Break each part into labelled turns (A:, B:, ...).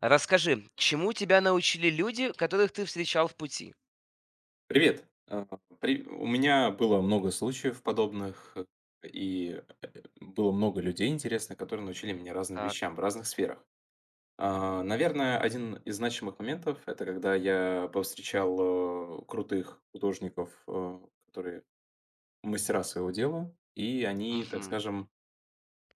A: Расскажи, чему тебя научили люди, которых ты встречал в пути?
B: Привет. У меня было много случаев подобных, и было много людей интересных, которые научили меня разным
A: Так.
B: вещам в разных сферах. Наверное, один из значимых моментов– это когда я повстречал крутых художников, которые мастера своего дела, и они, так
A: Мгм.
B: скажем,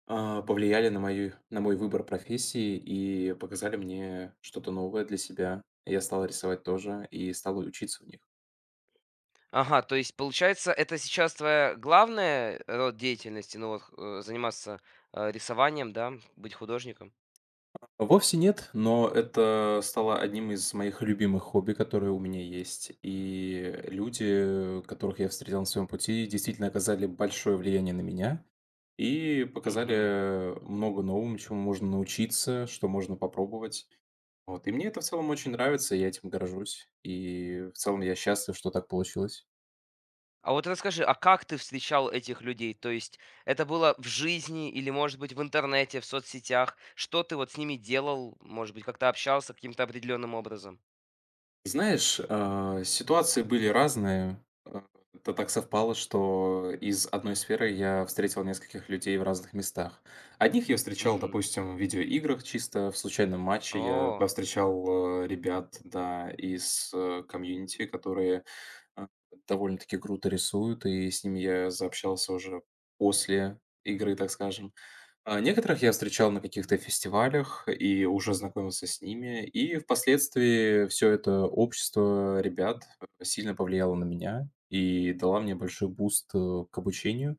B: повлияли на мой выбор профессии и показали мне что-то новое для себя. Я стал рисовать тоже и стал учиться у них.
A: Ага, то есть, получается, это сейчас твоя главная род деятельности, ну вот, заниматься, рисованием, да, быть художником?
B: Вовсе нет, но это стало одним из моих любимых хобби, которые у меня есть. И люди, которых я встретил на своем пути, действительно оказали большое влияние на меня и
A: Мгм.
B: показали много нового, чему можно научиться, что можно попробовать. Вот. И мне это в целом очень нравится, я этим горжусь. И в целом я счастлив, что так получилось.
A: А вот расскажи, а как ты встречал этих людей? То есть это было в жизни или, может быть, в интернете, в соцсетях? Что ты вот с ними делал? Может быть, как-то общался каким-то определенным образом?
B: Знаешь, ситуации были разные. Это так совпало, что из одной сферы я встретил нескольких людей в разных местах. Одних я встречал,
A: Мгм.
B: допустим, в видеоиграх чисто, в случайном матче я
A: О.
B: повстречал ребят, да, из комьюнити, которые э, довольно-таки круто рисуют, и с ними я заобщался уже после игры, так скажем. Некоторых я встречал на каких-то фестивалях и уже знакомился с ними. И впоследствии все это общество ребят сильно повлияло на меня и дала мне большой буст, к обучению.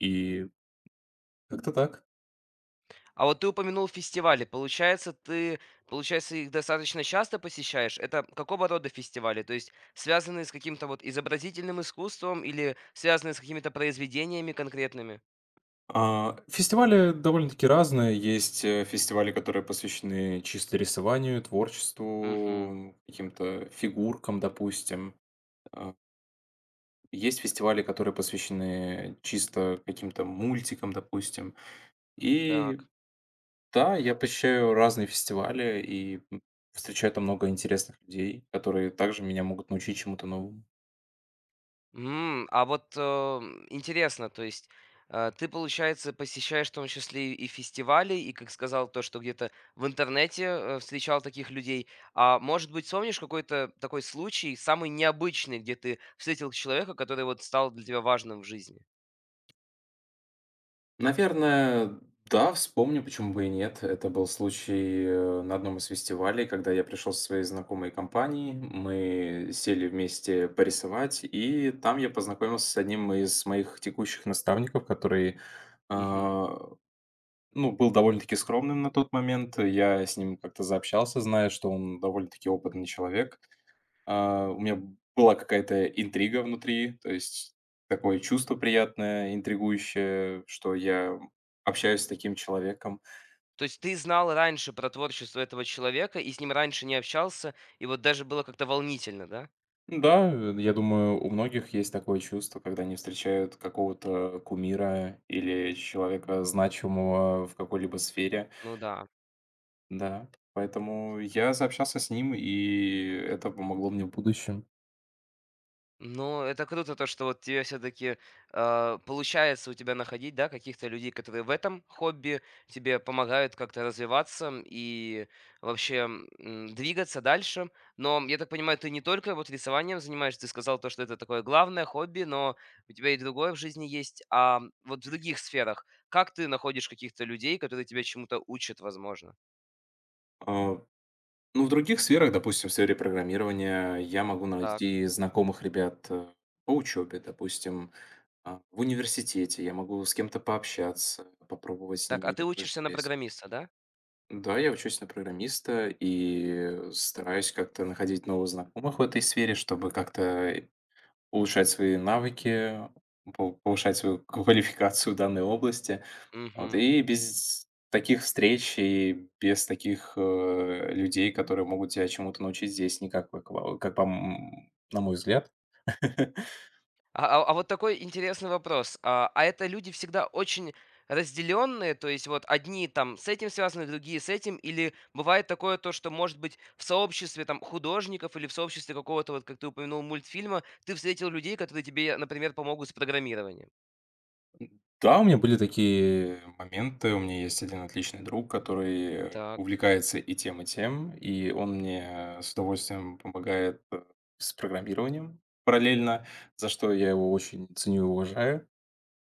B: И как-то так.
A: А вот ты упомянул фестивали. Получается, ты, получается, их достаточно часто посещаешь? Это какого рода фестивали? То есть связанные с каким-то вот изобразительным искусством или связанные с какими-то произведениями конкретными?
B: Фестивали довольно-таки разные. Есть, фестивали, которые посвящены чисто рисованию,
A: Угу.
B: творчеству, каким-то фигуркам, допустим. А, Есть фестивали, которые посвящены чисто каким-то мультикам, допустим. И
A: Так.
B: Да, я посещаю разные фестивали и, встречаю там много интересных людей, которые также меня могут научить чему-то новому.
A: М, а вот, интересно, то есть, ты, получается, посещаешь в том числе и фестивали, и, как сказал, то, что где-то в интернете, встречал таких людей. А может быть, вспомнишь какой-то такой случай, самый необычный, где ты встретил человека, который вот стал для тебя важным в жизни?
B: Наверное, да, вспомню, почему бы и нет. Это был случай, на одном из фестивалей, когда я пришел со своей знакомой компанией. Мы сели вместе порисовать, и там я познакомился с одним из моих текущих наставников, который,
A: Мгм.
B: а, ну, был довольно-таки скромным на тот момент. Я с ним как-то заобщался, зная, что он довольно-таки опытный человек. У меня была какая-то интрига внутри, то есть такое чувство приятное, интригующее, что я общаюсь с таким человеком.
A: То есть ты знал раньше про творчество этого человека и с ним раньше не общался, и вот даже было как-то волнительно, да?
B: Да, я думаю, у многих есть такое чувство, когда они встречают какого-то кумира или человека значимого в какой-либо сфере.
A: Ну да.
B: Да, поэтому я заобщался с ним, и это помогло мне в будущем.
A: Ну, это круто, то, что вот тебе все-таки получается у тебя находить, да, каких-то людей, которые в этом хобби тебе помогают как-то развиваться и вообще м, двигаться дальше. Но я так понимаю, ты не только вот рисованием занимаешься, ты сказал то, что это такое главное хобби, но у тебя и другое в жизни есть. А вот в других сферах, как ты находишь каких-то людей, которые тебя чему-то учат, возможно?
B: А, Ну, в других сферах, допустим, в сфере программирования, я могу
A: Так.
B: найти знакомых ребят по учебе, допустим, в университете. Я могу с кем-то пообщаться, попробовать с
A: Так, а ты
B: ними
A: учишься на
B: повзаимодействовать.
A: программиста, да?
B: Да, я учусь на программиста и стараюсь как-то находить новых знакомых в этой сфере, чтобы как-то улучшать свои навыки, повышать свою квалификацию в данной области. Вот
A: Угу.
B: и без таких встреч, и без таких, людей, которые могут тебя чему-то научить, здесь никак, как во как по м на мой взгляд.
A: А вот такой интересный вопрос. А это люди всегда очень разделенные, то есть вот одни там с этим связаны, другие с этим, или бывает такое то, что, может быть, в сообществе там художников или в сообществе какого-то, вот как ты упомянул, мультфильма, ты встретил людей, которые тебе, например, помогут с программированием?
B: Да, у меня были такие моменты. У меня есть один отличный друг, который
A: Так.
B: увлекается и тем, и тем, и он мне с удовольствием помогает, с программированием параллельно, за что я его очень ценю и уважаю.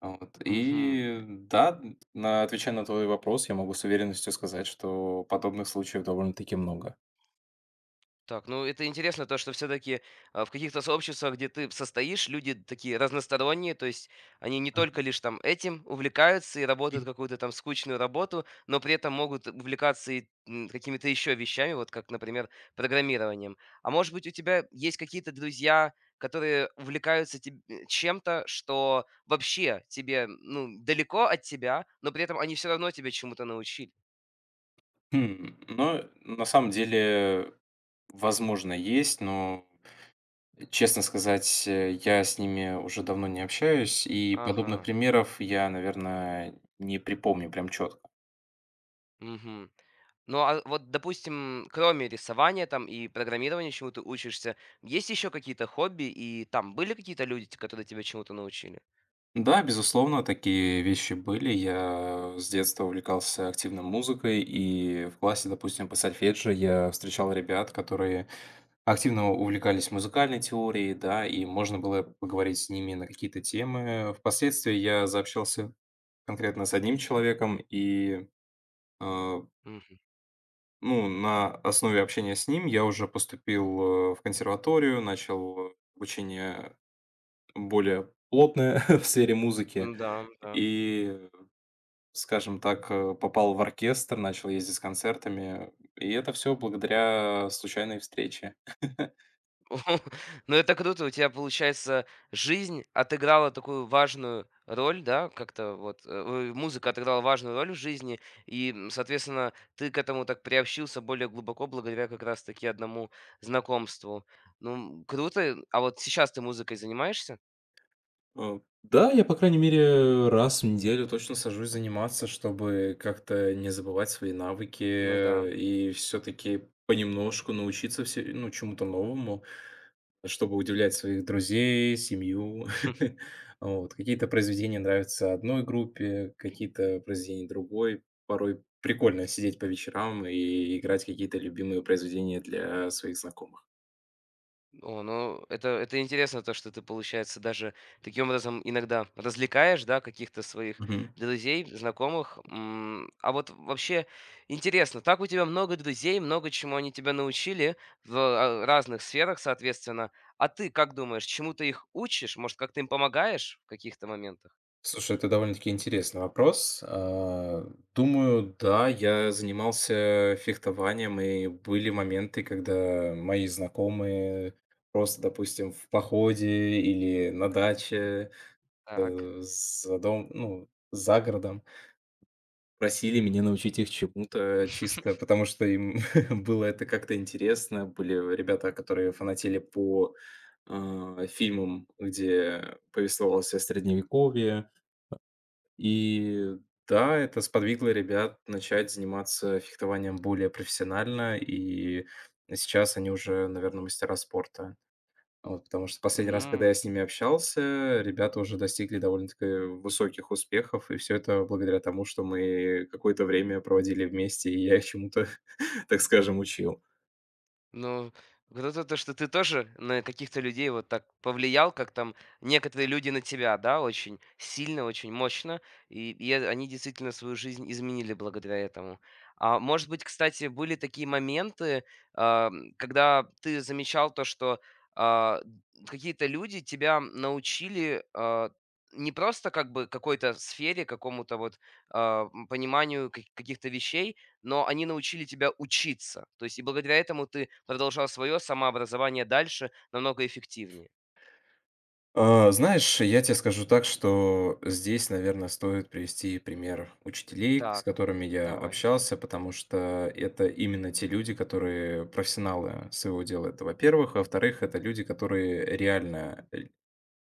B: А вот.
A: Мгм.
B: И да, на отвечая на твой вопрос, я могу с уверенностью сказать, что подобных случаев довольно-таки много.
A: Так, ну это интересно, то, что все-таки в каких-то сообществах, где ты состоишь, люди такие разносторонние, то есть они не только лишь там этим увлекаются и работают какую-то там скучную работу, но при этом могут увлекаться и м, какими-то еще вещами, вот как, например, программированием. А может быть, у тебя есть какие-то друзья, которые увлекаются чем-то, что вообще тебе, ну, далеко от тебя, но при этом они все равно тебя чему-то научили.
B: Хм, но на самом деле, возможно, есть, но, честно сказать, я с ними уже давно не общаюсь, и
A: Ага.
B: подобных примеров я, наверное, не припомню прям четко.
A: Мгм. Ну, а вот, допустим, кроме рисования там и программирования, чему ты учишься, есть еще какие-то хобби, и там были какие-то люди, те которые тебя чему-то научили?
B: Да, безусловно, такие вещи были. Я с детства увлекался активно музыкой, и в классе, допустим, по сольфеджио я встречал ребят, которые активно увлекались музыкальной теорией, да, и можно было поговорить с ними на какие-то темы. Впоследствии я заобщался конкретно с одним человеком, и, э,
A: Мгм.
B: ну, на основе общения с ним я уже поступил в консерваторию, начал обучение более плотное в сфере музыки
A: М-да, да. Да.
B: и, скажем так, попал в оркестр, начал ездить с концертами, и это все благодаря случайной встрече.
A: Ну, это круто. У тебя, получается, жизнь отыграла такую важную роль, да, как-то вот, ой, музыка отыграла важную роль в жизни, и, м, соответственно, ты к этому так приобщился более глубоко благодаря как раз таки одному знакомству. Ну, м, круто. А вот сейчас ты музыкой занимаешься?
B: Да, я, по крайней мере, раз в неделю точно сажусь заниматься, чтобы как-то не забывать свои навыки
A: Ну да.
B: и все-таки понемножку научиться все, ну, чему-то новому, чтобы удивлять своих друзей, семью. Вот. Какие-то произведения нравятся одной группе, какие-то произведения другой. Порой прикольно сидеть по вечерам и играть какие-то любимые произведения для своих знакомых.
A: О, ну это интересно, то, что ты, получается, даже таким образом иногда развлекаешь, да, каких-то своих друзей, знакомых. М, а вот вообще интересно, так у тебя много друзей, много чему они тебя научили в разных сферах, соответственно. А ты как думаешь, чему ты их учишь? Может, как ты им помогаешь в каких-то моментах?
B: Слушай, это довольно-таки интересный вопрос. Думаю, да, я занимался фехтованием, и были моменты, когда мои знакомые просто, допустим, в походе или на даче,
A: Так.
B: ну, за городом, просили меня научить их чему-то чисто, потому что им было это как-то интересно. Были ребята, которые фанатели по фильмам, где повествовалось о средневековье, и да, это сподвигло ребят начать заниматься фехтованием более профессионально, и сейчас они уже, наверное, мастера спорта. Вот, потому что последний раз, когда я с ними общался, ребята уже достигли довольно-таки высоких успехов, и все это благодаря тому, что мы какое-то время проводили вместе, и я их чему-то, так скажем, учил.
A: Ну, круто то, что ты тоже на каких-то людей вот так повлиял, как там некоторые люди на тебя, да, очень сильно, очень мощно, и они действительно свою жизнь изменили благодаря этому. А может быть, кстати, были такие моменты, когда ты замечал то, что а, какие-то люди тебя научили не просто как бы какой-то сфере, какому-то вот пониманию каких-то вещей, но они научили тебя учиться. То есть и благодаря этому ты продолжал свое самообразование дальше намного эффективнее.
B: Знаешь, я тебе скажу так, что здесь, наверное, стоит привести пример учителей, с
A: Так,
B: которыми я
A: давай.
B: общался, потому что это именно те люди, которые профессионалы своего дела. Это, во-первых. Во-вторых, это люди, которые реально ль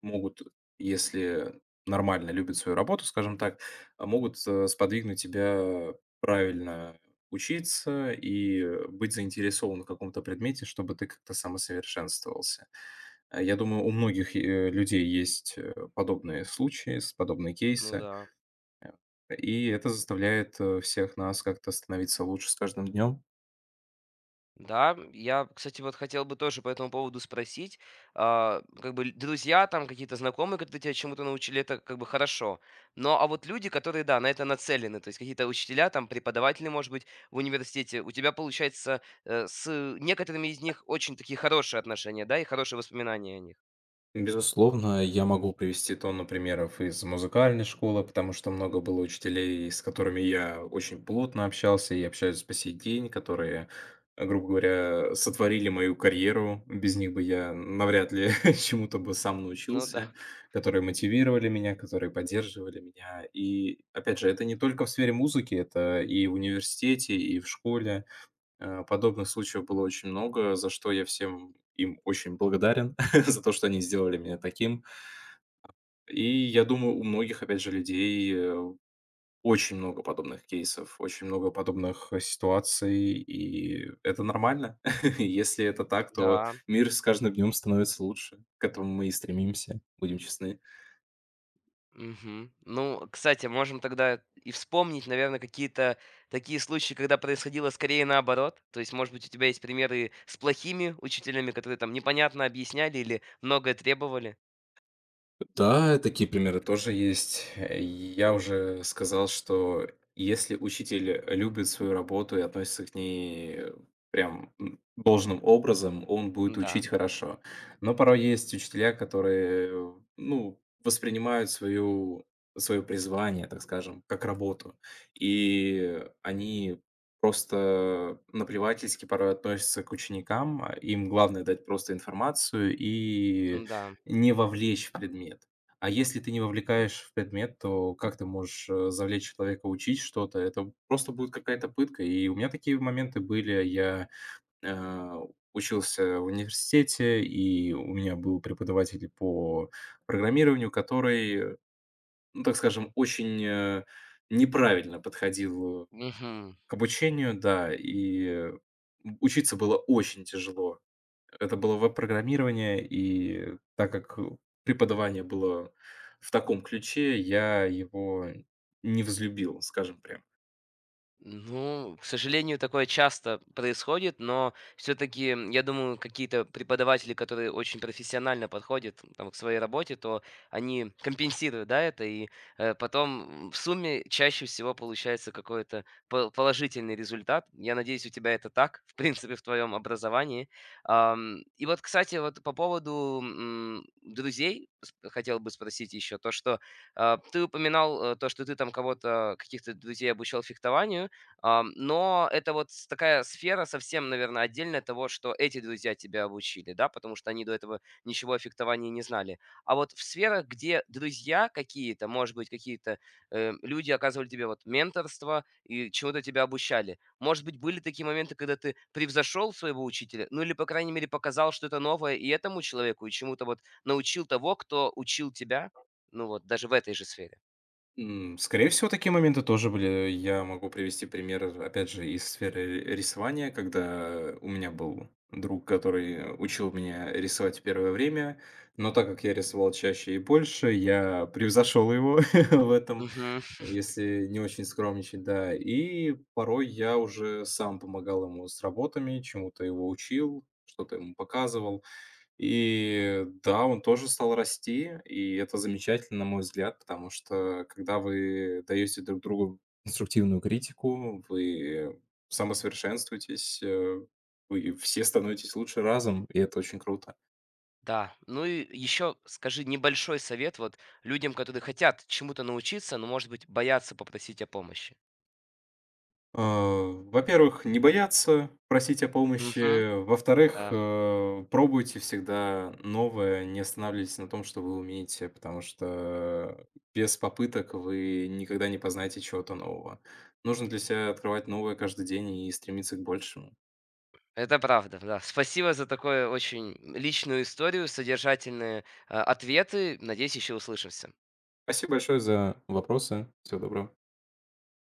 B: могут, если нормально любят свою работу, скажем так, могут, сподвигнуть тебя правильно учиться и быть заинтересован в каком-то предмете, чтобы ты как-то самосовершенствовался. Я думаю, у многих, людей есть, подобные случаи, с подобные
A: Ну
B: кейсы,
A: да.
B: э, и это заставляет, всех нас как-то становиться лучше с каждым днем.
A: Да, я, кстати, вот хотел бы тоже по этому поводу спросить. Как бы друзья, там какие-то знакомые, которые тебя чему-то научили, это как бы хорошо. Но а вот люди, которые, да, на это нацелены, то есть какие-то учителя, там преподаватели, может быть, в университете, у тебя получается с некоторыми из них очень такие хорошие отношения, да, и хорошие воспоминания о них.
B: Безусловно, я могу привести тонну примеров из музыкальной школы, потому что много было учителей, с которыми я очень плотно общался и общаюсь по сей день, которые, грубо говоря, сотворили мою карьеру. Без них бы я навряд ли чему-то бы сам
A: Ну да,
B: научился, которые мотивировали меня, которые поддерживали меня. И, опять же, это не только в сфере музыки, это и в университете, и в школе. Подобных случаев было очень много, за что я всем им очень благодарен, за то, что они сделали меня таким. И я думаю, у многих, опять же, людей, очень много подобных кейсов, очень много подобных, ситуаций, и это нормально. Если это так, то
A: да.
B: мир с каждым днем становится лучше. К этому мы и стремимся, будем честны.
A: Мгм. Ну, кстати, можем тогда и вспомнить, наверное, какие-то такие случаи, когда происходило скорее наоборот. То есть, может быть, у тебя есть примеры с плохими учителями, которые там непонятно объясняли или многое требовали?
B: Да, такие примеры тоже есть. Я уже сказал, что если учитель любит свою работу и относится к ней прям должным образом, он будет
A: Да,
B: учить хорошо. Но порой есть учителя, которые, ну, воспринимают свое призвание, так скажем, как работу. И они просто наплевательски порой относятся к ученикам. Им главное дать просто информацию и
A: да.
B: не вовлечь в предмет. А если ты не вовлекаешь в предмет, то как ты можешь, завлечь человека учить что-то? Это просто будет какая-то пытка. И у меня такие моменты были. Я, э, учился в университете, и у меня был преподаватель по программированию, который, ну, так скажем, очень, неправильно подходил к обучению, да, и учиться было очень тяжело. Это было веб-программирование, и так как преподавание было в таком ключе, я его не возлюбил, скажем прямо.
A: Ну, к сожалению, такое часто происходит, но все-таки, я думаю, какие-то преподаватели, которые очень профессионально подходят там, к своей работе, то они компенсируют, да, это, и потом в сумме чаще всего получается какой-то положительный результат. Я надеюсь, у тебя это так, в принципе, в твоем образовании. Ам, и вот, кстати, вот по поводу м, друзей хотел бы спросить еще то, что ты упоминал то, что ты там кого-то, каких-то друзей обучал фехтованию. Ам, но это вот с такая сфера совсем, наверное, отдельная того, что эти друзья тебя обучили, да, потому что они до этого ничего о фехтовании не знали. А вот в сферах, где друзья какие-то, может быть, какие-то люди оказывали тебе вот менторство и чего-то тебя обучали, может быть, были такие моменты, когда ты превзошел своего учителя, ну или, по крайней мере, показал что-то новое и этому человеку, и чему-то вот научил того, кто учил тебя, ну вот, даже в этой же сфере.
B: Скорее всего, такие моменты тоже были. Я могу привести пример, опять же, из сферы рисования, когда у меня был друг, который учил меня рисовать в первое время, но так как я рисовал чаще и больше, я превзошел его в этом, если не очень скромничать, да. И порой я уже сам помогал ему с работами, чему-то его учил, что-то ему показывал. И да, он тоже стал расти, и это замечательно, на мой взгляд, потому что когда вы даете друг другу конструктивную критику, вы самосовершенствуетесь, вы все становитесь лучше разом, и это очень круто.
A: Да, ну и еще скажи небольшой совет вот людям, которые хотят чему-то научиться, но, может быть, боятся попросить о помощи.
B: Во-первых, не бояться просить о
A: Мгм.
B: помощи.
A: Да,
B: Во-вторых, пробуйте всегда новое, не останавливайтесь на том, что вы умеете, потому что без попыток вы никогда не познаете чего-то нового. Нужно для себя открывать новое каждый день и стремиться к большему.
A: это правда, да. Спасибо за такую очень личную историю, содержательные, ответы. Надеюсь, еще услышимся.
B: Спасибо большое за вопросы. Всего доброго.